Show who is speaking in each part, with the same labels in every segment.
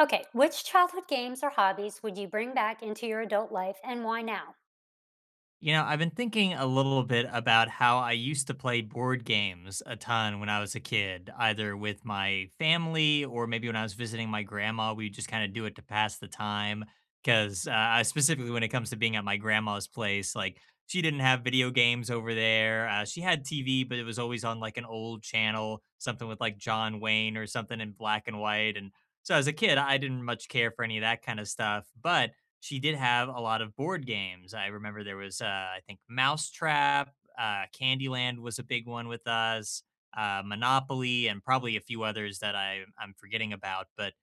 Speaker 1: Okay, which childhood games or hobbies would you bring back into your adult life and why now?
Speaker 2: You know, I've been thinking a little bit about how I used to play board games a ton when I was a kid, either with my family or maybe when I was visiting my grandma. We just kind of do it to pass the time. Because specifically, when it comes to being at my grandma's place, like she didn't have video games over there. She had TV, but it was always on like an old channel, something with like John Wayne or something in black and white. And so as a kid, I didn't much care for any of that kind of stuff. But she did have a lot of board games. I remember there was, I think, Mousetrap, Candyland was a big one with us, Monopoly, and probably a few others that I'm forgetting about. But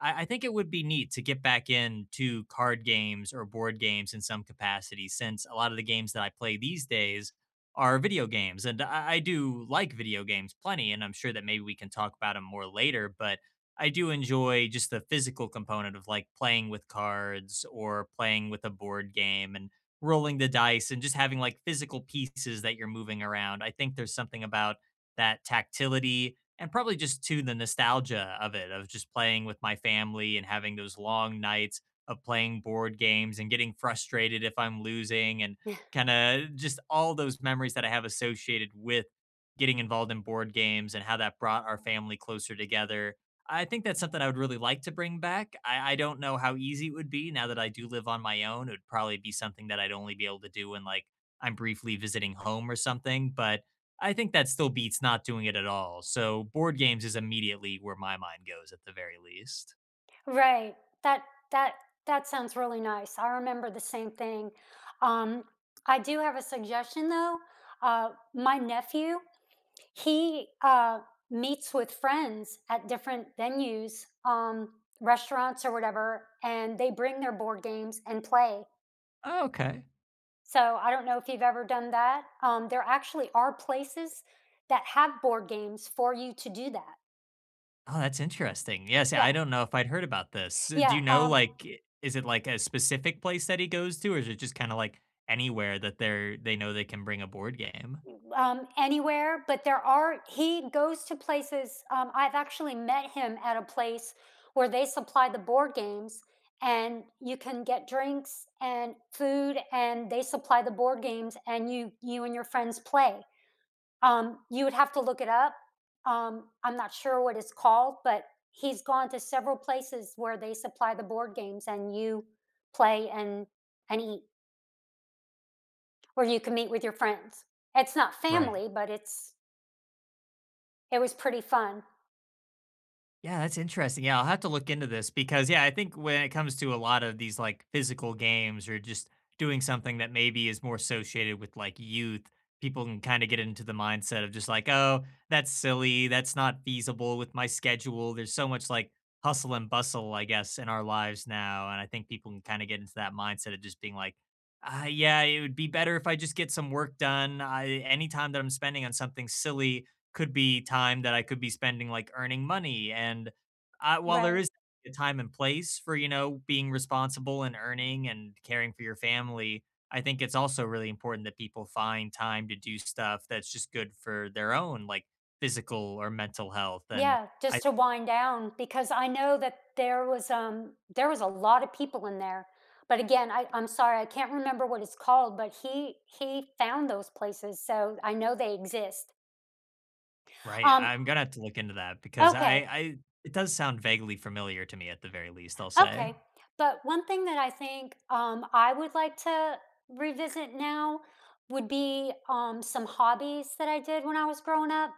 Speaker 2: I think it would be neat to get back into card games or board games in some capacity, since a lot of the games that I play these days are video games. And I do like video games plenty, and I'm sure that maybe we can talk about them more later. But I do enjoy just the physical component of like playing with cards or playing with a board game and rolling the dice and just having like physical pieces that you're moving around. I think there's something about that tactility and probably just to the nostalgia of it, of just playing with my family and having those long nights of playing board games and getting frustrated if I'm losing and kind of just all those memories that I have associated with getting involved in board games and how that brought our family closer together. I think that's something I would really like to bring back. I don't know how easy it would be now that I do live on my own. It would probably be something that I'd only be able to do when like I'm briefly visiting home or something, but I think that still beats not doing it at all. So board games is immediately where my mind goes at the very least.
Speaker 1: Right. That that that sounds really nice. I remember the same thing. Um, I do have a suggestion though. My nephew, he meets with friends at different venues, restaurants or whatever, and they bring their board games and play.
Speaker 2: Oh, okay.
Speaker 1: So, I don't know if you've ever done that. There actually are places that have board games for you to do that.
Speaker 2: Oh, that's interesting. Yes,
Speaker 1: Yeah,
Speaker 2: I don't know if I'd heard about this. Do
Speaker 1: yeah,
Speaker 2: you know like is it like a specific place that he goes to, or is it just kind of like anywhere that they know they can bring a board game?
Speaker 1: anywhere, but there are he goes to places, I've actually met him at a place where they supply the board games, and you can get drinks and food, and they supply the board games, and you and your friends play. You would have to look it up. I'm not sure what it's called, but he's gone to several places where they supply the board games and you play and eat, or you can meet with your friends. It's not
Speaker 2: Right.
Speaker 1: family, but it's it was pretty fun.
Speaker 2: Yeah, that's interesting. Yeah, I'll have to look into this because yeah, I think when it comes to a lot of these like physical games or just doing something that maybe is more associated with like youth, people can kind of get into the mindset of just like, oh, that's silly, that's not feasible with my schedule. There's so much like hustle and bustle, I guess, in our lives now, and I think people can kind of get into that mindset of just being like, yeah, it would be better if I just get some work done. I, any time that I'm spending on something silly could be time that I could be spending, like, earning money, and, while there
Speaker 1: Right.
Speaker 2: is a time and place for, you know, being responsible and earning and caring for your family, I think it's also really important that people find time to do stuff that's just good for their own, like, physical or mental health, and
Speaker 1: Yeah,
Speaker 2: I.
Speaker 1: just to wind down because I know that there was a lot of people in there. But again, I'm sorry, I can't remember what it's called, but he found those places, so I know they exist.
Speaker 2: Right,
Speaker 1: Um,
Speaker 2: I'm gonna have to look into that because
Speaker 1: okay.
Speaker 2: I it does sound vaguely familiar to me at the very least, I'll say.
Speaker 1: Okay. But one thing that I think I would like to revisit now would be some hobbies that I did when I was growing up.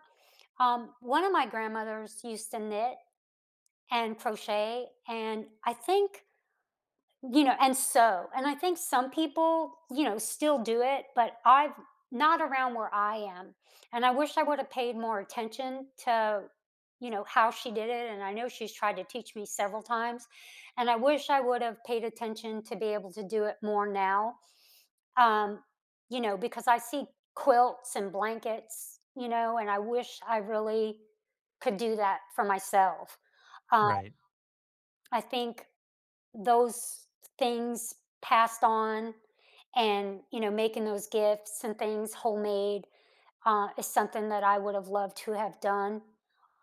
Speaker 1: One of my grandmothers used to knit and crochet, and I think you know, and so and I think some people, you know, still do it, but I've not around where I am. And I wish I would have paid more attention to, you know, how she did it. And I know she's tried to teach me several times. And I wish I would have paid attention to be able to do it more now. Um, you know, because I see quilts and blankets, you know, and I wish I really could do that for myself. Um,
Speaker 2: Right,
Speaker 1: I think those things passed on and you know making those gifts and things homemade is something that I would have loved to have done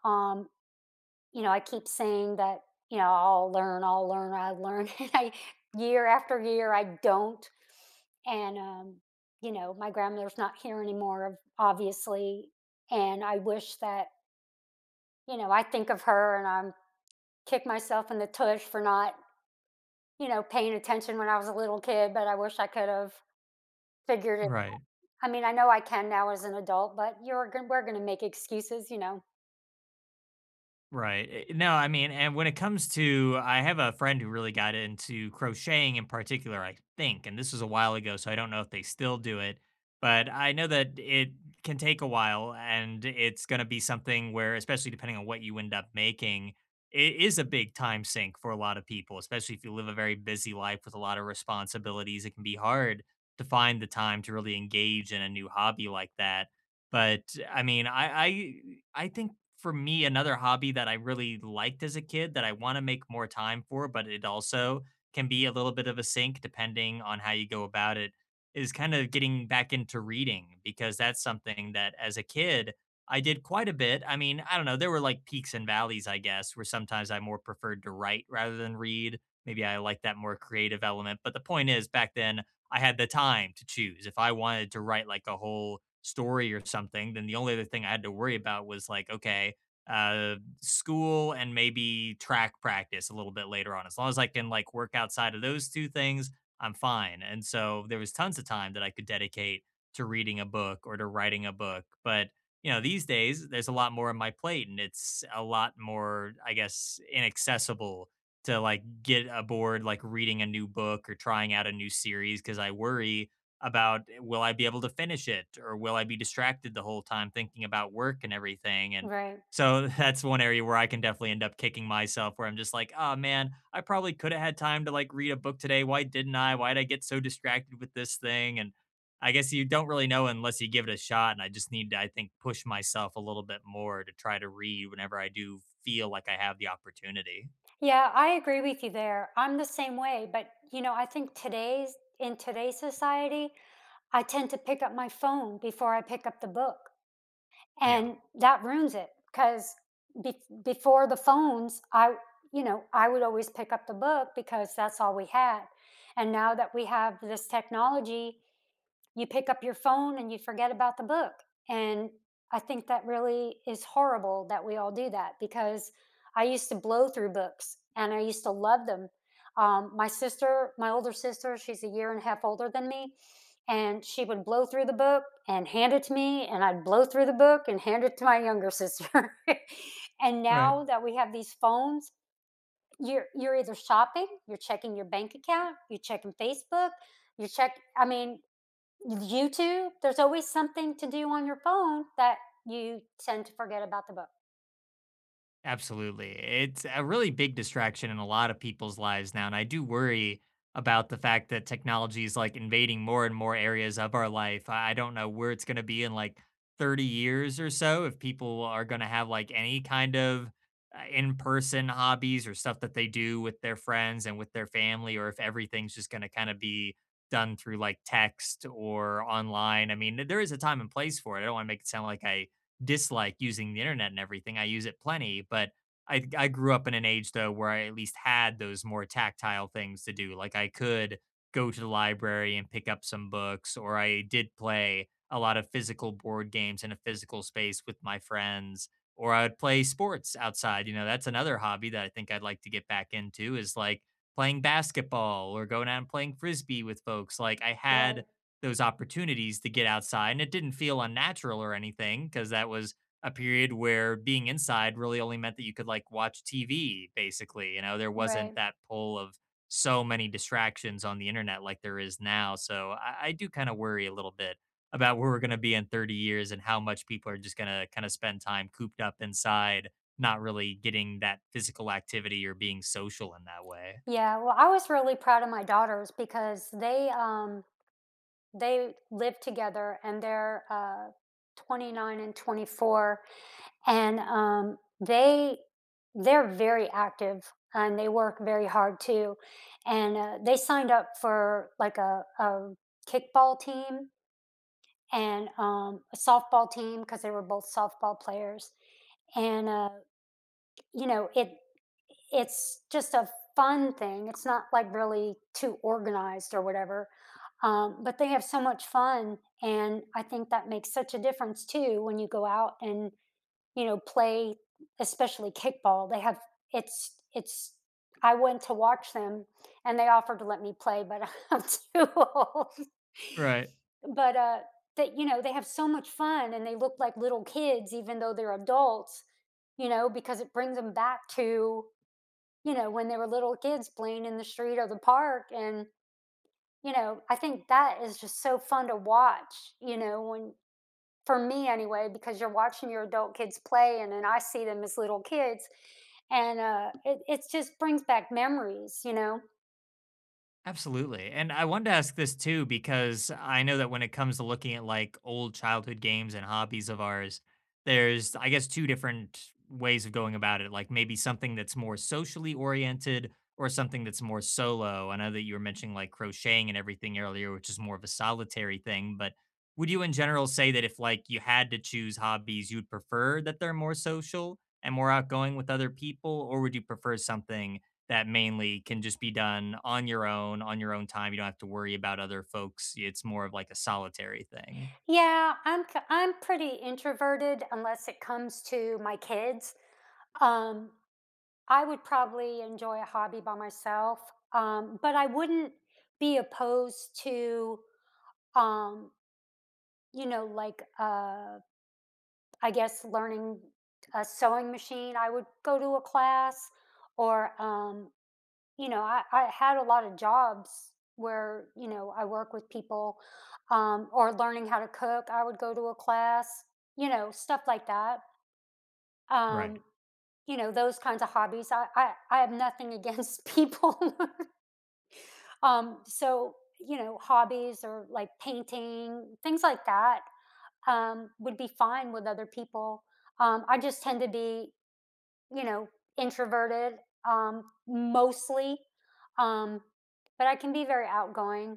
Speaker 1: um, you know I keep saying that you know I'll learn I learn and I year after year I don't and you know my grandmother's not here anymore obviously and I wish that you know I think of her and I'm kick myself in the tush for not you know, paying attention when I was a little kid, but I wish I could have figured it
Speaker 2: right.
Speaker 1: I mean, I know I can now as an adult, but you're gon we're gonna make excuses, you know?
Speaker 2: Right. No, I mean, and when it comes to, I have a friend who really got into crocheting in particular, I think, and this was a while ago, so I don't know if they still do it, but I know that it can take a while and it's going to be something where, especially depending on what you end up making, it is a big time sink for a lot of people, especially if you live a very busy life with a lot of responsibilities. It can be hard to find the time to really engage in a new hobby like that. But I mean, I think for me, another hobby that I really liked as a kid that I want to make more time for, but it also can be a little bit of a sink depending on how you go about it, is kind of getting back into reading because that's something that as a kid I did quite a bit. I mean, I don't know, there were like peaks and valleys, I guess, where sometimes I more preferred to write rather than read. Maybe I like that more creative element. But the point is, back then, I had the time to choose. If I wanted to write like a whole story or something, then the only other thing I had to worry about was like, okay, uh, school and maybe track practice a little bit later on. As long as I can like work outside of those two things, I'm fine. And so there was tons of time that I could dedicate to reading a book or to writing a book. But you know, these days there's a lot more on my plate and it's a lot more, I guess, inaccessible to like get aboard like reading a new book or trying out a new series because I worry about will I be able to finish it or will I be distracted the whole time thinking about work and everything and
Speaker 1: Right.
Speaker 2: so that's one area where I can definitely end up kicking myself where I'm just like, oh man, I probably could have had time to like read a book today. Why didn't I? Why did I get so distracted with this thing? And I guess you don't really know unless you give it a shot. And I just need to, I think, push myself a little bit more to try to read whenever I do feel like I have the opportunity.
Speaker 1: Yeah, I agree with you there. I'm the same way, but, you know, I think today's in today's society, I tend to pick up my phone before I pick up the book,
Speaker 2: Yeah.
Speaker 1: and that ruins it 'cause bef before the phones, I you know, I would always pick up the book because that's all we had, and now that we have this technology, you pick up your phone and you forget about the book. And I think that really is horrible that we all do that because I used to blow through books and I used to love them. My sister, my older sister, she's a year and a half older than me, and she would blow through the book and hand it to me, and I'd blow through the book and hand it to my younger sister. And
Speaker 2: Right.
Speaker 1: now that we have these phones, you're either shopping, you're checking your bank account, you're checking Facebook, you check. I mean, YouTube, there's always something to do on your phone that you tend to forget about the book.
Speaker 2: Absolutely. It's a really big distraction in a lot of people's lives now. And I do worry about the fact that technology is like invading more and more areas of our life. I don't know where it's going to be in like 30 years or so if people are going to have like any kind of in-person hobbies or stuff that they do with their friends and with their family or if everything's just going to kind of be done through like text or online. I mean, there is a time and place for it. I don't want to make it sound like I dislike using the internet and everything. I use it plenty, but I grew up in an age though where I at least had those more tactile things to do. Like I could go to the library and pick up some books, or I did play a lot of physical board games in a physical space with my friends, or I would play sports outside. You know, that's another hobby that I think I'd like to get back into is like playing basketball or going out and playing frisbee with folks. Like I had
Speaker 1: Right,
Speaker 2: those opportunities to get outside. And it didn't feel unnatural or anything because that was a period where being inside really only meant that you could like watch TV, basically. You know, there wasn't
Speaker 1: right.
Speaker 2: that pull of so many distractions on the internet like there is now. So I do kind of worry a little bit about where we're going to be in 30 years and how much people are just going to kind of spend time cooped up inside, not really getting that physical activity or being social in that way.
Speaker 1: Yeah, well, I was really proud of my daughters because they live together and they're 29 and 24 and they they're very active and they work very hard too. And they signed up for like a kickball team and a softball team because they were both softball players and you know it's just a fun thing, it's not like really too organized or whatever, but they have so much fun and I think that makes such a difference too when you go out and you know, play, especially kickball. They have it's I went to watch them and they offered to let me play, but I'm too old.
Speaker 2: Right.
Speaker 1: But that you know, they have so much fun and they look like little kids even though they're adults, you know, because it brings them back to, you know, when they were little kids playing in the street or the park and you know, I think that is just so fun to watch, you know, when for me anyway, because you're watching your adult kids play and then I see them as little kids. And it just brings back memories, you know?
Speaker 2: Absolutely. And I wanted to ask this too, because I know that when it comes to looking at like old childhood games and hobbies of ours, there's, I guess, two different ways of going about it. Like maybe something that's more socially oriented or something that's more solo. I know that you were mentioning like crocheting and everything earlier, which is more of a solitary thing. But would you in general say that if like you had to choose hobbies, you'd prefer that they're more social and more outgoing with other people? Or would you prefer something that mainly can just be done on your own time? You don't have to worry about other folks. It's more of like a solitary thing.
Speaker 1: Yeah, I'm pretty introverted unless it comes to my kids. Um, I would probably enjoy a hobby by myself, but I wouldn't be opposed to, um, you know, I guess learning a sewing machine. I would go to a class or you know, I had a lot of jobs where, you know, I work with people, or learning how to cook. I would go to a class, you know, stuff like that.
Speaker 2: Right.
Speaker 1: Um, you know, those kinds of hobbies. I have nothing against people. So, you know, hobbies or like painting, things like that would be fine with other people. I just tend to be you know, introverted, mostly, um, but I can be very outgoing.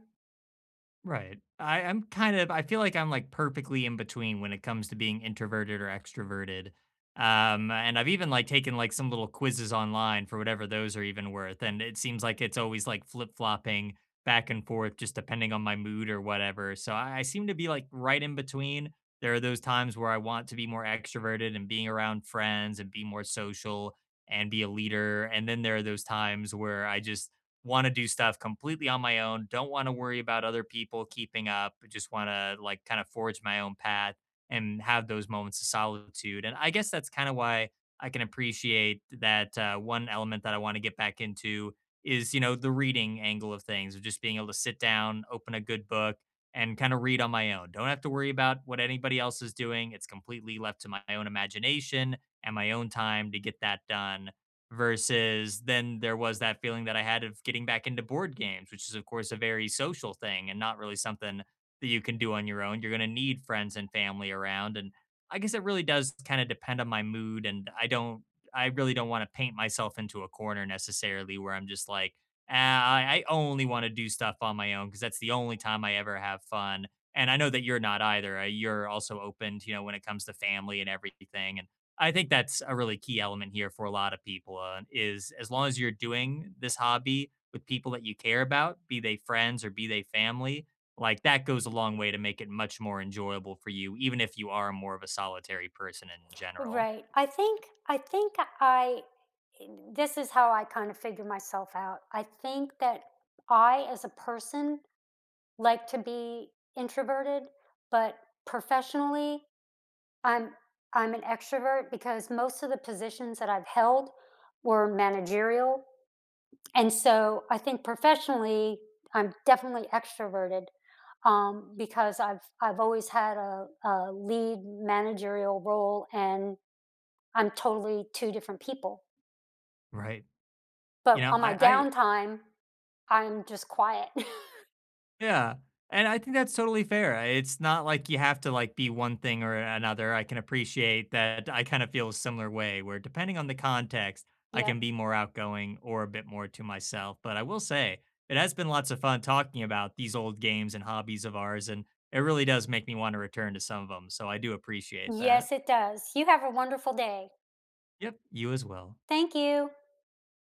Speaker 2: Right. I'm kind of I feel like I'm like perfectly in between when it comes to being introverted or extroverted. And I've even like taken like some little quizzes online for whatever those are even worth. And it seems like it's always like flip flopping back and forth, just depending on my mood or whatever. So I seem to be like right in between. There are those times where I want to be more extroverted and being around friends and be more social and be a leader. And then there are those times where I just want to do stuff completely on my own, don't want to worry about other people keeping up, just want to like kind of forge my own path and have those moments of solitude. And I guess that's kind of why I can appreciate that one element that I want to get back into is, you know, the reading angle of things, of just being able to sit down, open a good book, and kind of read on my own. Don't have to worry about what anybody else is doing. It's completely left to my own imagination and my own time to get that done versus then there was that feeling that I had of getting back into board games, which is, of course, a very social thing and not really something that you can do on your own. You're going to need friends and family around. And I guess it really does kind of depend on my mood. And I don't, I really don't want to paint myself into a corner necessarily where I'm just like, ah, I only want to do stuff on my own because that's the only time I ever have fun. And I know that you're not either. You're also open, to, you know, when it comes to family and everything. I think that's a really key element here for a lot of people is as long as you're doing this hobby with people that you care about, be they friends or be they family, like that goes a long way to make it much more enjoyable for you, even if you are more of a solitary person in general.
Speaker 1: Right. I think I think I This is how I kind of figure myself out. I think that I as a person like to be introverted, but professionally I'm I'm an extrovert because most of the positions that I've held were managerial. And so I think professionally, I'm definitely extroverted because I've always had a lead managerial role, and I'm totally two different people.
Speaker 2: Right. You
Speaker 1: But
Speaker 2: know,
Speaker 1: on my
Speaker 2: I,
Speaker 1: downtime, I'm just quiet.
Speaker 2: Yeah, and I think that's totally fair. It's not like you have to, like, be one thing or another. I can appreciate that I kinda feel a similar way where depending on the context, I
Speaker 1: Yep.
Speaker 2: can be more outgoing or a bit more to myself, but I will say, it has been lots of fun talking about these old games and hobbies of ours, and it really does make me wanna return to some of them. So I do appreciate that.
Speaker 1: Yes, it does. You have a wonderful day.
Speaker 2: Yep, you as well.
Speaker 1: Thank you.